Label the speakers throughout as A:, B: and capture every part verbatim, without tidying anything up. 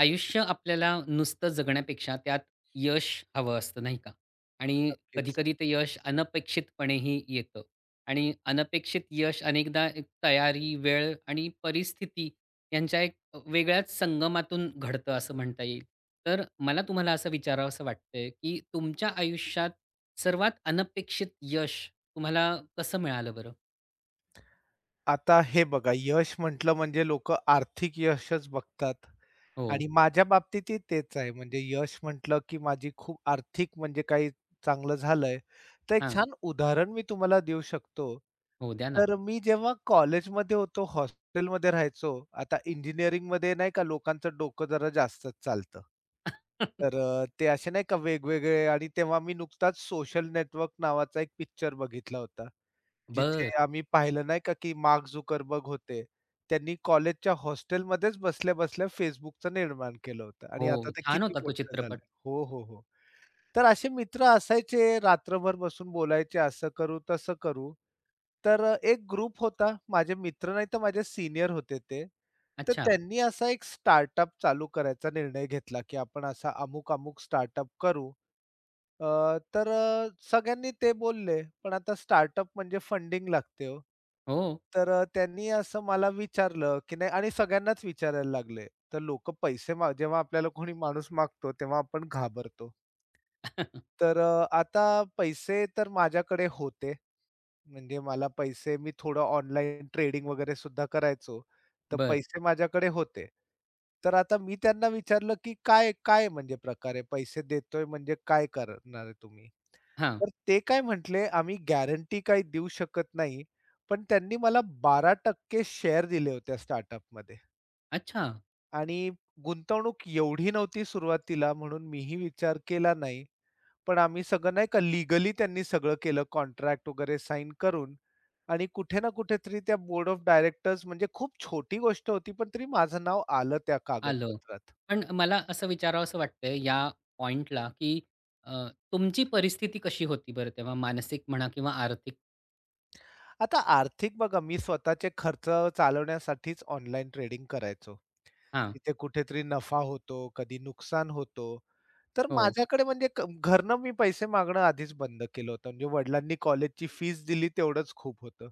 A: आयुष्य आपल्याला नुसतं जगण्यापेक्षा त्यात यश हवं असतं नाही का? आणि
B: नक्कीच.
A: कधी-कधी ते यश अनपेक्षितपणेही येतं आणि अनपेक्षित यश अनेकदा एक तयारी, वेळ आणि परिस्थिती यांच्या एक अ, वेगळ्याच संगमातून घडतं असं म्हणता येईल. तर मला तुम्हाला असं विचारावसं वाटतंय, की तुमच्या आयुष्यात सर्वात अनपेक्षित यश तुम्हाला कसं मिळालं बरं?
B: आता हे बघा, यश म्हटलं म्हणजे लोक आर्थिक यशच बघतात
A: हो.
B: आणि माझ्या बाबतीतही तेच आहे. म्हणजे यश म्हटलं, की माझी खूप आर्थिक म्हणजे काही चांगलं झालंय. तर एक
A: हां.
B: छान उदाहरण मी तुम्हाला देऊ शकतो.
A: हो, द्या ना.
B: तर मी जेव्हा कॉलेजमध्ये होतो, हॉस्टेलमध्ये राहायचो. आता इंजिनिअरिंगमध्ये नाही का लोकांचं डोकं जरा जास्तच चालतं. तर अ, ते असे नाही का वेगवेगळे आणि तेव्हा मी नुकताच सोशल नेटवर्क नावाचा एक पिक्चर बघितला होता. जिथे
A: बरं.
B: आम्ही पाहिलं नाही का, की मार्क झुकरबर्ग होते. त्यांनी कॉलेजच्या हॉस्टेलमध्येच बसल्या-बसल्या Facebookचं निर्माण केलं होतं
A: हो.
B: आणि आता ते
A: छान
B: किती
A: होता तो
B: मोठं झालं.
A: चित्रपट.
B: हो, हो, हो. तर असे मित्र असायचे रात्रभर बसून बोलायचे, असं करू, तसं करू. तर अ, एक ग्रुप होता, माझे मित्र नाही तर माझे सीनियर होते ते. तर
A: अच्छा.
B: त्यांनी असा एक स्टार्टअप चालू करायचा निर्णय घेतला, की आपण असा अमुक-अमुक स्टार्टअप करू. अ, तर अ, सगळ्यांनी ते बोलले, पण आता स्टार्टअप म्हणजे फंडिंग लागते हो.
A: हो.
B: तर अ, त्यांनी असं मला विचारलं, की नाही आणि सगळ्यांनाच विचारायला लागले. तर लोक पैसे माग जेव्हा आपल्याला कोणी माणूस मागतो, तेव्हा आपण घाबरतो. तर अ, आता पैसे तर माझ्याकडे होते. म्हणजे मला पैसे मी थोडं ऑनलाईन ट्रेडिंग वगैरे सुद्धा करायचो. तर
A: बरं.
B: पैसे माझ्याकडे होते. तर आता मी त्यांना विचारलं, की "काय काय म्हणजे प्रकार पैसे देतोय म्हणजे काय करणार आहे तुम्ही?"
A: हां.
B: तर ते काय म्हटले, "आम्ही गॅरंटी काही देऊ शकत नाही." पण त्यांनी मला बारा टक्के शेअर दिले होते स्टार्टअपमध्ये
A: अच्छा,
B: आणि गुंतवणूक एवढी नव्हती सुरुवातीला म्हणून मीही विचार केला नाही. पण आम्ही सगळं नाही का लीगली त्यांनी सगळं केलं कॉन्ट्रॅक्ट वगैरे साइन करून आणि कुठे ना कुठेतरी त्या बोर्ड ऑफ डायरेक्टर्स म्हणजे खूप छोटी गोष्ट होती, पण तरी माझं नाव आलं त्या
A: आलं.
B: कागदपत्रात.
A: पण मला असं विचारावसं वाटतंय या पॉइंटला, की अ, तुमची परिस्थिती कशी होती बरं तेव्हा मानसिक म्हणा किंवा आर्थिक?
B: आता आर्थिक बघा, मी स्वतःचे खर्च चालवण्यासाठीच ऑनलाईन ट्रेडिंग करायचो.
A: हां.
B: तिथे कुठेतरी नफा होतो, कधी नुकसान होतो. तर
A: हो,
B: माझ्याकडे म्हणजे क घरनं मी पैसे मागणं आधीच बंद केलं होतं. म्हणजे वडिलांनी कॉलेजची फीस दिली तेवढंच खूप होतं.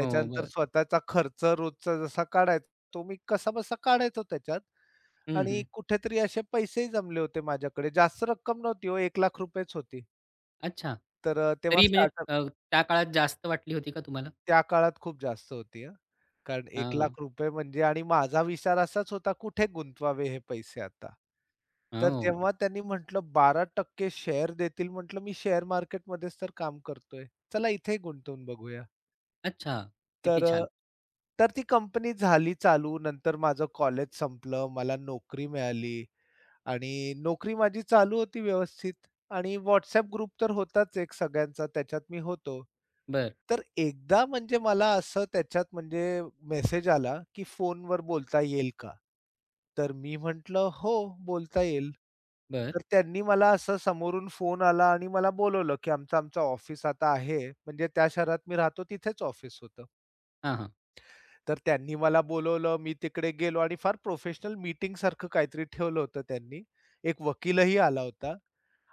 A: हो. बरं.
B: स्वतःचा खर्च रोजचा जसा काढायचा तो मी कसा-बसा काढायचो त्याच्यात
A: हं,
B: आणि
A: हं.
B: कुठेतरी असे पैसेही जमले होते माझ्याकडे. जास्त रक्कम नव्हती हो, ₹1,00,000च होती.
A: अच्छा.
B: तर अ, तेव्हा
A: तरी म्हणजे
B: स्टार्टअप
A: अ, त्या काळात जास्त वाटली होती का तुम्हाला?
B: त्या काळात खूप जास्त होती हां. कारण
A: हां.
B: एक लाख रुपये म्हणजे आणि माझा विचार असाच होता कुठे गुंतवावे हे पैसे आता. तर
A: हो.
B: जेव्हा त्यांनी म्हटलं बारा टक्के शेअर देतील, म्हटलं मी शेअर मार्केटमध्येच तर काम करतोय. चला इथे गुंतवून बघूया.
A: अच्छा.
B: तर
A: किती
B: अ,
A: छान.
B: तर ती कंपनी झाली चालू. नंतर माझं कॉलेज संपलं. मला नोकरी मिळाली आणि नोकरी माझी चालू होती व्यवस्थित आणि WhatsApp ग्रुप तर होताच एक सगळ्यांचा त्याच्यात मी होतो.
A: बर,
B: तर एकदा म्हणजे मला असं त्याच्यात म्हणजे मेसेज आला, की फोनवर बोलता येईल का? तर मी म्हटलं, "हो, बोलता येईल."
A: बर.
B: तर त्यांनी मला असं समोरून फोन आला आणि मला बोलवलं, की आमचं-आमचं ऑफिस आता आहे, म्हणजे त्या शहरात मी राहतो तिथेच ऑफिस होतं.
A: हां, हां.
B: तर त्यांनी मला बोलवलं, मी तिकडे गेलो आणि फार प्रोफेशनल मीटिंगसारखं काहीतरी ठेवलं होतं त्यांनी. एक वकीलही आला होता.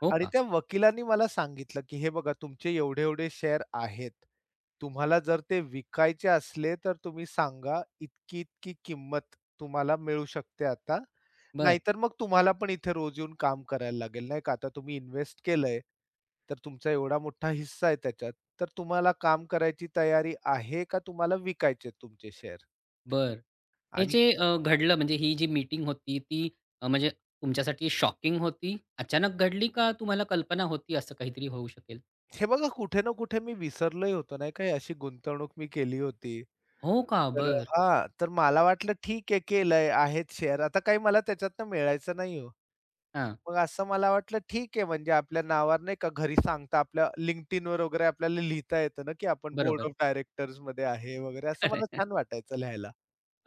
A: हो
B: आणि
A: का?
B: त्या वकिलांनी मला सांगितलं, की "हे बघा तुमचे एवढे-एवढे शेअर आहेत. तुम्हाला जर ते विकायचे असले तर तुम्ही सांगा. इतकी-इतकी किंमत तुम्हाला मिळू शकते आता.
A: बर.
B: नाहीतर मग तुम्हाला पण इथे रोज येऊन काम करायला लागेल, नाही का? आता तुम्ही इन्व्हेस्ट केलंय, तर तुमचा एवढा मोठा हिस्सा आहे त्याच्यात. तर तुम्हाला काम करायची तयारी आहे का तुम्हाला विकायचे तुमचे शेअर?"
A: बरं. हे
B: आणि
A: जे अ, घडलं म्हणजे ही जी मीटिंग होती ती अ, म्हणजे तुमच्यासाठी शॉकिंग होती? अचानक घडली का तुम्हाला कल्पना होती असं काहीतरी होऊ शकेल?
B: हे बघा कुठे ना कुठे मी विसरलोही होतो, नाही का? ही अशी गुंतवणूक मी केली होती.
A: हो का?
B: तर
A: बरं.
B: हां, तर मला वाटलं ठीक आहे केलंय, आहेत शेअर. आता काही मला त्याच्यातनं मिळायचं नाही हो.
A: हां.
B: मग असं मला वाटलं ठीक आहे म्हणजे आपल्या नावावर नाही का घरी सांगता आपल्या LinkedInवर वगैरे आपल्याला लिहिता येतं ना, की आपण बोर्ड
A: बरोबर.
B: ऑफ डायरेक्टर्समध्ये आहे वगैरे असं मला छान वाटायचं लिहायला.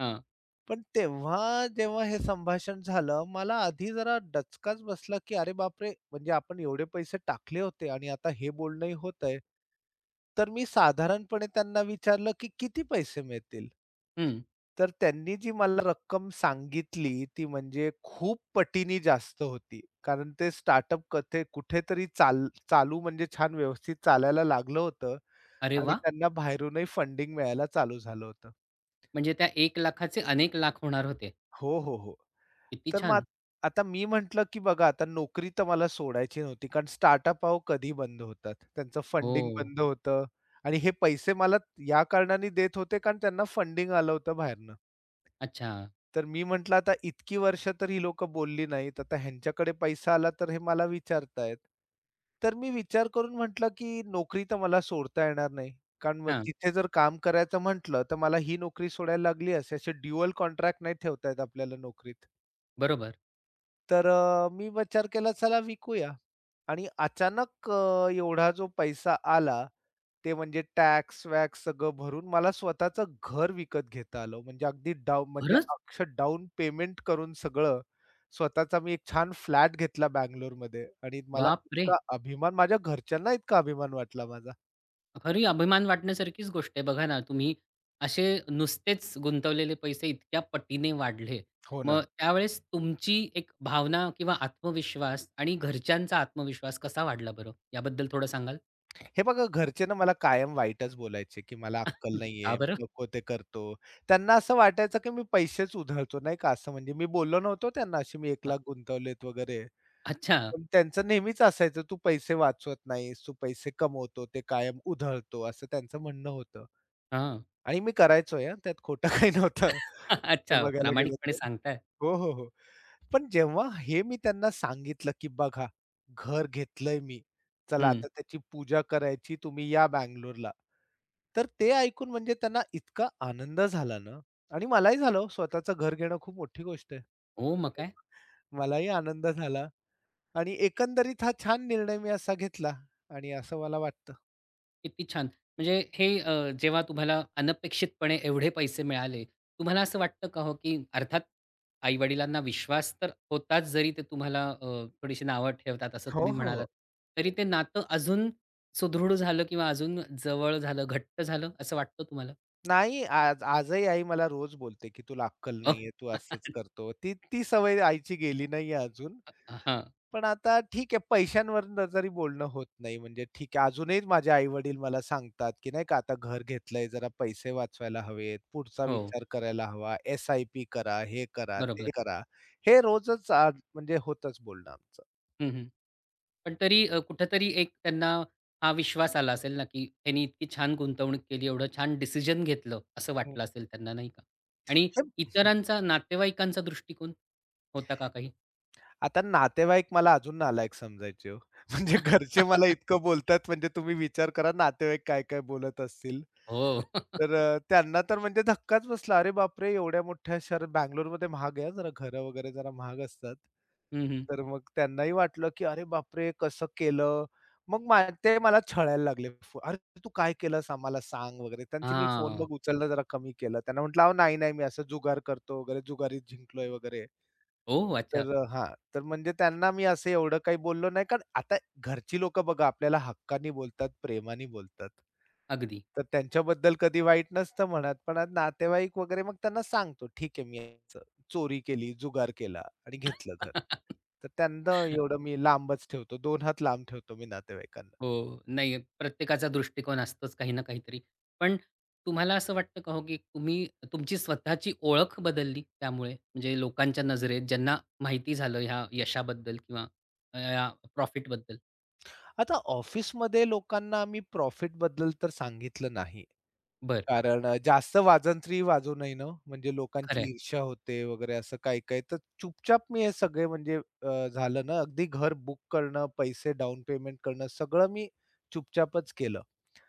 A: हां.
B: पण तेव्हा जेव्हा हे संभाषण झालं, मला आधी जरा डचकाच बसला, की अरे बापरे! म्हणजे आपण एवढे पैसे टाकले होते आणि आता हे बोलणंही होतंय. तर मी साधारणपणे त्यांना विचारलं, की "किती पैसे मिळतील?"
A: हं.
B: तर त्यांनी जी मला रक्कम सांगितली, ती म्हणजे खूप पटीनी जास्त होती. कारण ते स्टार्टअप कथे कुठेतरी चाल चालू म्हणजे छान व्यवस्थित चालायला लागलं होतं
A: अरे
B: आणि
A: वाह!
B: त्यांना बाहेरूनही फंडिंग मिळायला चालू झालं होतं.
A: म्हणजे त्या एक लाखाचे अनेक लाख होणार होते.
B: हो, हो, हो.
A: किती
B: तर मग
A: छान.
B: आत- आता मी म्हटलं, की बघा आता नोकरी तर मला सोडायची नव्हती. कारण स्टार्टअप अहो कधी बंद होतात. त्यांचं फंडिंग
A: हो.
B: बंद होतं आणि हे पैसे मला या कारणाने देत होते, कारण त्यांना फंडिंग आलं होतं बाहेरनं.
A: अच्छा.
B: तर मी म्हटलं, आता इतकी वर्ष तर ही लोकं बोलली नाहीत. आता ह्यांच्याकडे पैसा आला तर हे मला विचारतायत. तर मी विचार करून म्हटलं, की नोकरी तर मला सोडता येणार नाही. कारण मग
A: हां.
B: तिथे जर काम करायचं म्हटलं, तर मला ही नोकरी सोडायला लागली असे असे ड्युअल कॉन्ट्रॅक्ट नाही ठेवता आपल्याला नोकरीत.
A: बरोबर.
B: तर अ, मी विचार केला चला विकूया आणि अचानक अ, एवढा जो पैसा आला, ते म्हणजे टॅक्स-वॅक्स सगळं भरून मला स्वतःचं घर विकत घेता आलं. म्हणजे अगदी डाउन म्हणजे
A: खरंच?
B: अक्षरशः डाउन पेमेंट करून सगळं, स्वतःचा मी एक छान फ्लॅट घेतला बंगलोरमध्ये आणि मला
A: बापरे!
B: इतका अभिमान माझ्या घरच्यांना इतका अभिमान वाटला माझा.
A: खरी अभिमान वाटण्यासारखीच गोष्ट आहे. बघा ना, तुम्ही असे नुसतेच गुंतवलेले पैसे इतक्या पटीने वाढले.
B: हो
A: मग
B: ना.
A: त्यावेळेस तुमची एक भावना किंवा आत्मविश्वास आणि घरच्यांचा आत्मविश्वास कसा वाढला बरं? याबद्दल थोडं सांगाल?
B: हे बघा घरचे ना मला कायम वाईटच बोलायचे, की मला अक्कल
A: हं, का
B: नाहीये, मी
A: बरं?
B: नको ते करतो. त्यांना असं वाटायचं, की मी पैसेच उधळतो नाही का असं म्हणजे मी बोललो नव्हतो त्यांना अशी मी एक
A: अ,
B: लाख गुंतवलेत वगैरे.
A: अच्छा.
B: पण त्यांचं नेहमीच असायचं, "तू पैसे वाचवत नाहीस, तू पैसे कमवतो, ते कायम उधळतो," असं त्यांचं म्हणणं होतं.
A: हां.
B: आणि मी करायचोय हां, त्यात खोटं काही नव्हतं.
A: अच्छा.
B: बघायला गेलं
A: प्रामाणिकपणे
B: तर.
A: सांगताय.
B: हो, हो, हो. पण जेव्हा हे मी त्यांना सांगितलं, की "बघा, घर घेतलंय मी. चला
A: हं.
B: आता त्याची पूजा करायची. तुम्ही या बंगलोरला." तर ते ऐकून म्हणजे त्यांना इतका आनंद झाला ना आणि मलाही झालं हो, स्वतःचं घर घेणं खूप मोठी गोष्ट आहे.
A: हो, मग
B: तर
A: काय?
B: मलाही आनंद झाला आणि एकंदरीत हा छान निर्णय मी असा घेतला आणि असं मला वाटतं.
A: किती छान! म्हणजे हे अ, जेव्हा तुम्हाला अनपेक्षितपणे एवढे पैसे मिळाले, तुम्हाला असं वाटतं का हो, की अर्थात आई-वडिलांना विश्वास तर होताच, जरी ते तुम्हाला अ, थोडीशी नावं ठेवतात असं
B: हो,
A: तुम्ही
B: हो.
A: म्हणालात. तरी ते नातं अजून सुदृढ झालं किंवा अजून जवळ झालं, घट्ट झालं असं वाटतं तुम्हाला?
B: नाही आज आजही आई मला रोज बोलते, की "तुला अक्कल
A: अ,
B: नाहीये, तू असंच करतो." ती ती सवय आईची गेली नाहीये अजून.
A: हां.
B: पण आता ठीक आहे पैशांवर न- जरी बोलणं होत नाही म्हणजे ठीक आहे अजूनही माझे आई-वडील मला सांगतात, की नाही का आता घर घेतलंय जरा पैसे वाचवायला हवेत, पुढचा
A: हो.
B: विचार करायला हवा, एस-आय-पी करा, हे करा, ते
A: बरोबर.
B: करा. हे रोजच अ, म्हणजे होतच बोलणं आमचं.
A: हं, हं. पण तरी अ, कुठेतरी एक त्यांना हा विश्वास आला असेल ना, की त्यांनी इतकी छान गुंतवणूक केली, एवढं छान डिसिजन घेतलं, असं
B: हं.
A: वाटलं असेल त्यांना नाही का? आणि
B: हे
A: इतरांचा, नातेवाईकांचा दृष्टिकोन होता का काही?
B: आता नातेवाईक मला अजून नालायक समजायचे हो. म्हणजे घरचे मला इतकं बोलतात म्हणजे तुम्ही विचार करा नातेवाईक काय-काय बोलत असतील.
A: हो.
B: तर अ, त्यांना तर म्हणजे धक्काच बसला. अरे बापरे! एवढ्या मोठ्या शहरात बंगलोरमध्ये महाग आहे हां, जरा घरं वगैरे जरा महाग असतात.
A: हं, हं.
B: तर मग त्यांनाही वाटलं, की "अरे बापरे! कसं केलं?" मग मा ते मला छळायला लागले. फो- "अरे तू काय केलंस आम्हाला सांग" वगैरे. त्यांची मी फोन
A: हां.
B: मग उचलणं जरा कमी केलं. त्यांना म्हटलं, "अहो नाही, नाही, मी असं जुगार करतो वगैरे, जुगारीत जिंकलोय वगैरे."
A: ओह! अच्छा.
B: तर अ, हां, तर म्हणजे त्यांना मी असं एवढं काही बोललो नाही, कारण आता घरची लोकं बघा आपल्याला हक्कानी बोलतात, प्रेमाने बोलतात.
A: अगदी.
B: तर त्यांच्याबद्दल कधी वाईट नसतं म्हणत, पण आज नातेवाईक वगैरे मग त्यांना सांगतो, "ठीक आहे, मी असं चोरी केली, जुगार केला आणि घेतलं घर." तर त्यांना एवढं मी लांबच ठेवतो, दोन हात लांब ठेवतो मी नातेवाईकांना.
A: हो. नाही, प्रत्येकाचा दृष्टिकोन असतोच काही ना काहीतरी. पण तुम्हाला असं वाटतं का हो, की तुम्ही तुमची स्वतःची ओळख बदलली त्यामुळे? म्हणजे लोकांच्या नजरेत ज्यांना माहिती झालं ह्या यशाबद्दल किंवा अ, या प्रॉफिटबद्दल?
B: आता ऑफिसमध्ये लोकांना आम्ही प्रॉफिटबद्दल तर सांगितलं नाही.
A: बरं,
B: कारण अ, जास्त वाजंत्री वाजू नये ना, म्हणजे लोकांची
A: खरं.
B: ईर्ष्या होते वगैरे असं काही-काही. तर चुपचाप मी हे सगळे म्हणजे अ, झालं ना, अगदी घर बुक करणं, पैसे डाउन पेमेंट करणं, सगळं मी चुपचापच केलं.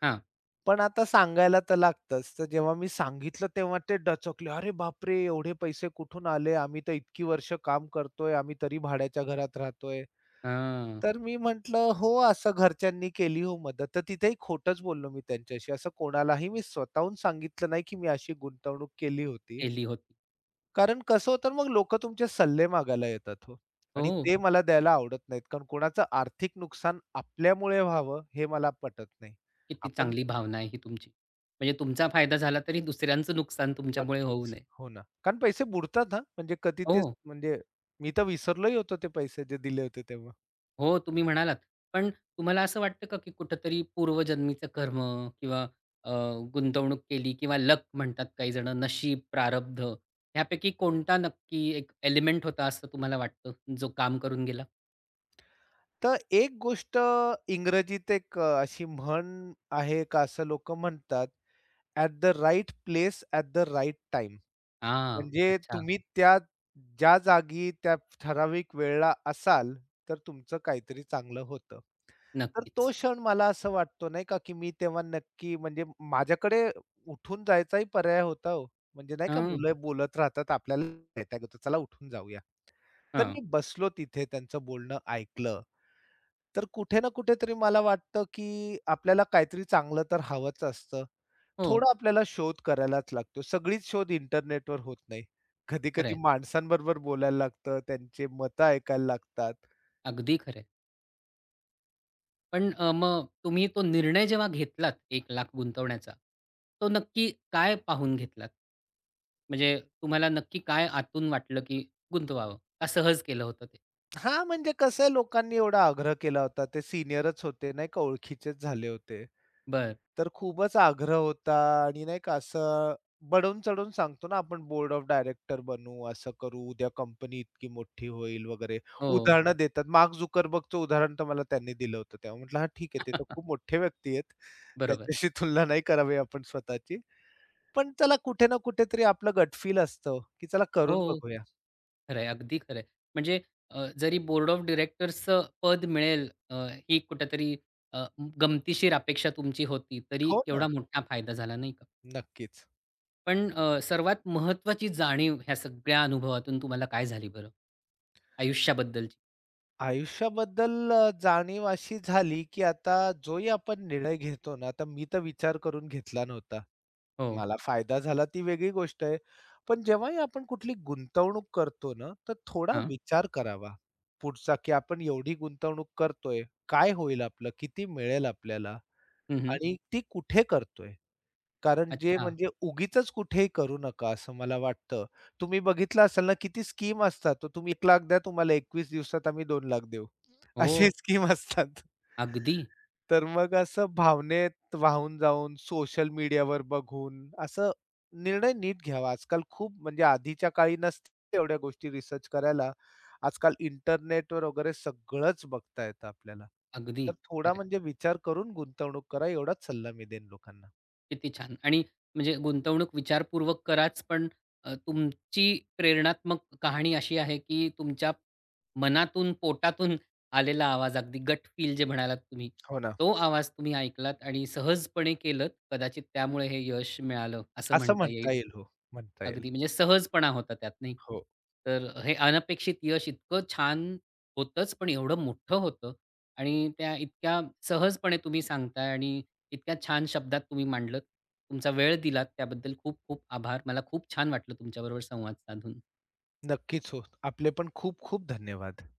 A: हां.
B: पण आता सांगायला तर लागतंच. तर जेव्हा मी सांगितलं तेव्हा ते डचकले. "अरे बापरे! एवढे पैसे कुठून आले? आम्ही तर इतकी वर्ष काम करतोय, आम्ही तरी भाड्याच्या घरात राहतोय."
A: हां.
B: तर मी म्हटलं, "हो, असं घरच्यांनी केली हो मदत." तर तिथेही खोटंच बोललो मी त्यांच्याशी. असं कोणालाही मी स्वतःहून सांगितलं नाही, की मी अशी गुंतवणूक केली होती.
A: केली होती.
B: कारण कसं होतं ना, मग लोकं तुमचे सल्ले मागायला येतात हो आणि
A: हो,
B: ते मला द्यायला आवडत नाहीत. कारण कोणाचं आर्थिक नुकसान आपल्यामुळे व्हावं, हे मला पटत नाही.
A: किती
B: आपण
A: चांगली भावना आहे ही तुमची. म्हणजे तुमचा फायदा झाला तरी दुसऱ्यांचं नुकसान तुमच्यामुळे होऊ
B: नक्कीच.
A: नये.
B: हो ना. कारण पैसे बुडतात हां. म्हणजे कधी तेच
A: हो.
B: म्हणजे मी तर विसरलोही होतो ते पैसे जे दिले होते तेव्हा.
A: हो, तुम्ही म्हणालात. पण तुम्हाला असं वाटतं का, की कुठेतरी पूर्वजन्मीचं कर्म किंवा अ, गुंतवणूक केली किंवा लक म्हणतात काही जण, नशीब, प्रारब्ध ह्यापैकी कोणता नक्की एक एलिमेंट होता असं तुम्हाला वाटतं, जो काम करून गेला?
B: तर एक गोष्ट इंग्रजीत एक अ, अशी म्हण आहे का असं लोकं म्हणतात at the right place at the right time.
A: हां,
B: म्हणजे
A: अच्छा.
B: तुम्ही त्या ज्या जागी त्या ठराविक वेळेला असाल, तर तुमचं काहीतरी चांगलं होतं. तर तो
A: नक्कीच.
B: क्षण मला असं वाटतो नाही का, की मी तेव्हा नक्की म्हणजे माझ्याकडे उठून जायचाही पर्याय होता हो. म्हणजे नाही का
A: हां,
B: मुलं बोलत राहतात आपल्याला वैताग येतो, चला उठून जाऊया. तर
A: हां.
B: मी बसलो तिथे त्यांचं बोलणं ऐकलं. तर कुठे ना कुठेतरी मला वाटतं, की आपल्याला काहीतरी चांगलं तर हवंच असतं.
A: हो,
B: थोडा आपल्याला शोध करायलाच लागतो. सगळीच शोध इंटरनेटवर होत नाही. कधी-कधी
A: खरं.
B: माणसांबरोबर बोलायला लागतं, त्यांचे मतं ऐकायला लागतात.
A: अगदी खरं. पण अ, मग तुम्ही तो निर्णय जेव्हा घेतलात एक लाख गुंतवण्याचा, तो नक्की काय पाहून घेतलात? म्हणजे तुम्हाला नक्की काय आतून वाटलं, की गुंतवावं? का सहज केलं होतं ते?
B: हां, म्हणजे कसं आहे लोकांनी एवढा आग्रह केला होता. ते सीनियरच होते नाही का, ओळखीचेच झाले होते.
A: बरं.
B: तर खूपच आग्रह होता आणि नाही का असं बडून-चढून सांगतो ना आपण बोर्ड ऑफ डायरेक्टर बनू, असं करू, उद्या कंपनी इतकी मोठी होईल वगैरे.
A: हो.
B: उदाहरणं देतात. मार्क झुकरबर्गचं उदाहरण तर मला त्यांनी दिलं होतं. तेव्हा म्हटलं, "हां, ठीक आहे. ते तर खूप मोठे व्यक्ती आहेत.
A: बरोबर.
B: त्यांच्याशी तुलना नाही करावी आपण स्वतःची. पण चला कुठे ना कुठेतरी आपलं गट फील असतं, की चला
A: हो,
B: करून बघूया."
A: खरं. अगदी खरं आहे. म्हणजे अ, जरी बोर्ड ऑफ डायरेक्टर्सचं पद मिळेल, अ, ही कुठेतरी अ, गमतीशीर अपेक्षा तुमची होती, तरी
B: हो ना,
A: एवढा मोठा फायदा झाला नाही.
B: नक्कीच.
A: पण अ, सर्वात महत्वाची जाणीव ह्या सगळ्या अनुभवातून तुम्हाला काय झाली बरं? आयुष्याबद्दलची?
B: आयुष्याबद्दल अ, जाणीव अशी झाली, की आता जोही आपण निर्णय घेतो ना, आता मी तर विचार करून घेतला नव्हता.
A: हो.
B: मला फायदा झाला ती वेगळी गोष्ट आहे. पण जेव्हाही आपण कुठली गुंतवणूक करतो ना, तर थोडा
A: हां.
B: विचार करावा पुढचा, की आपण एवढी गुंतवणूक करतोय, काय होईल आपलं? किती मिळेल आपल्याला?
A: हं, हं.
B: आणि ती कुठे करतोय? कारण जे
A: अच्छा.
B: म्हणजे उगीचच कुठेही करू नका असं मला वाटतं. तुम्ही बघितलं असाल ना किती स्कीम असतात. तर तुम्ही एक लाख द्या तुम्हाला एकवीस दिवसात आम्ही दोन लाख देऊ.
A: हो.
B: असे स्कीम असतात.
A: अगदी,
B: तर मग असं भावनेत वाहून जाऊन सोशल मीडियावर बघून असं निर्णय नीट घ्यावा. आजकाल खूप म्हणजे आधीच्या काळी नसते एवढ्या गोष्टी रिसर्च करायला. आजकाल इंटरनेटवर वगैरे सगळंच बघता येतं आपल्याला.
A: अगदी.
B: तर थोडा
A: खरं आहे.
B: म्हणजे विचार करून गुंतवणूक करा एवढाच सल्ला मी देईन लोकांना.
A: किती छान. आणि म्हणजे गुंतवणूक विचारपूर्वक कराच, पण अ, तुमची प्रेरणात्मक कहाणी अशी आहे, की तुमच्या मनातून, पोटातून आलेला आवाज, अगदी गट फील जे म्हणालात तुम्ही,
B: हो ना.
A: तो आवाज तुम्ही ऐकलात आणि सहजपणे केलत. कदाचित त्यामुळे हे यश मिळालं, असं
B: असं
A: म्हणता
B: म्हणता
A: येईल.
B: येईल हो, म्हणता येईल.
A: अगदी म्हणजे सहजपणा होता त्यात नाही का?
B: हो,
A: तर हे अनपेक्षित यश इतकं छान होतंच, पण एवढं मोठं होतं आणि त्या इतक्या सहजपणे तुम्ही सांगताय आणि इतक्या छान शब्दात तुम्ही मांडलत. तुमचा वेळ दिलात त्याबद्दल खूप खूप आभार. मला खूप छान वाटलं तुमच्याबरोबर संवाद साधून.
B: नक्कीच हो. आपले पण खूप खूप धन्यवाद.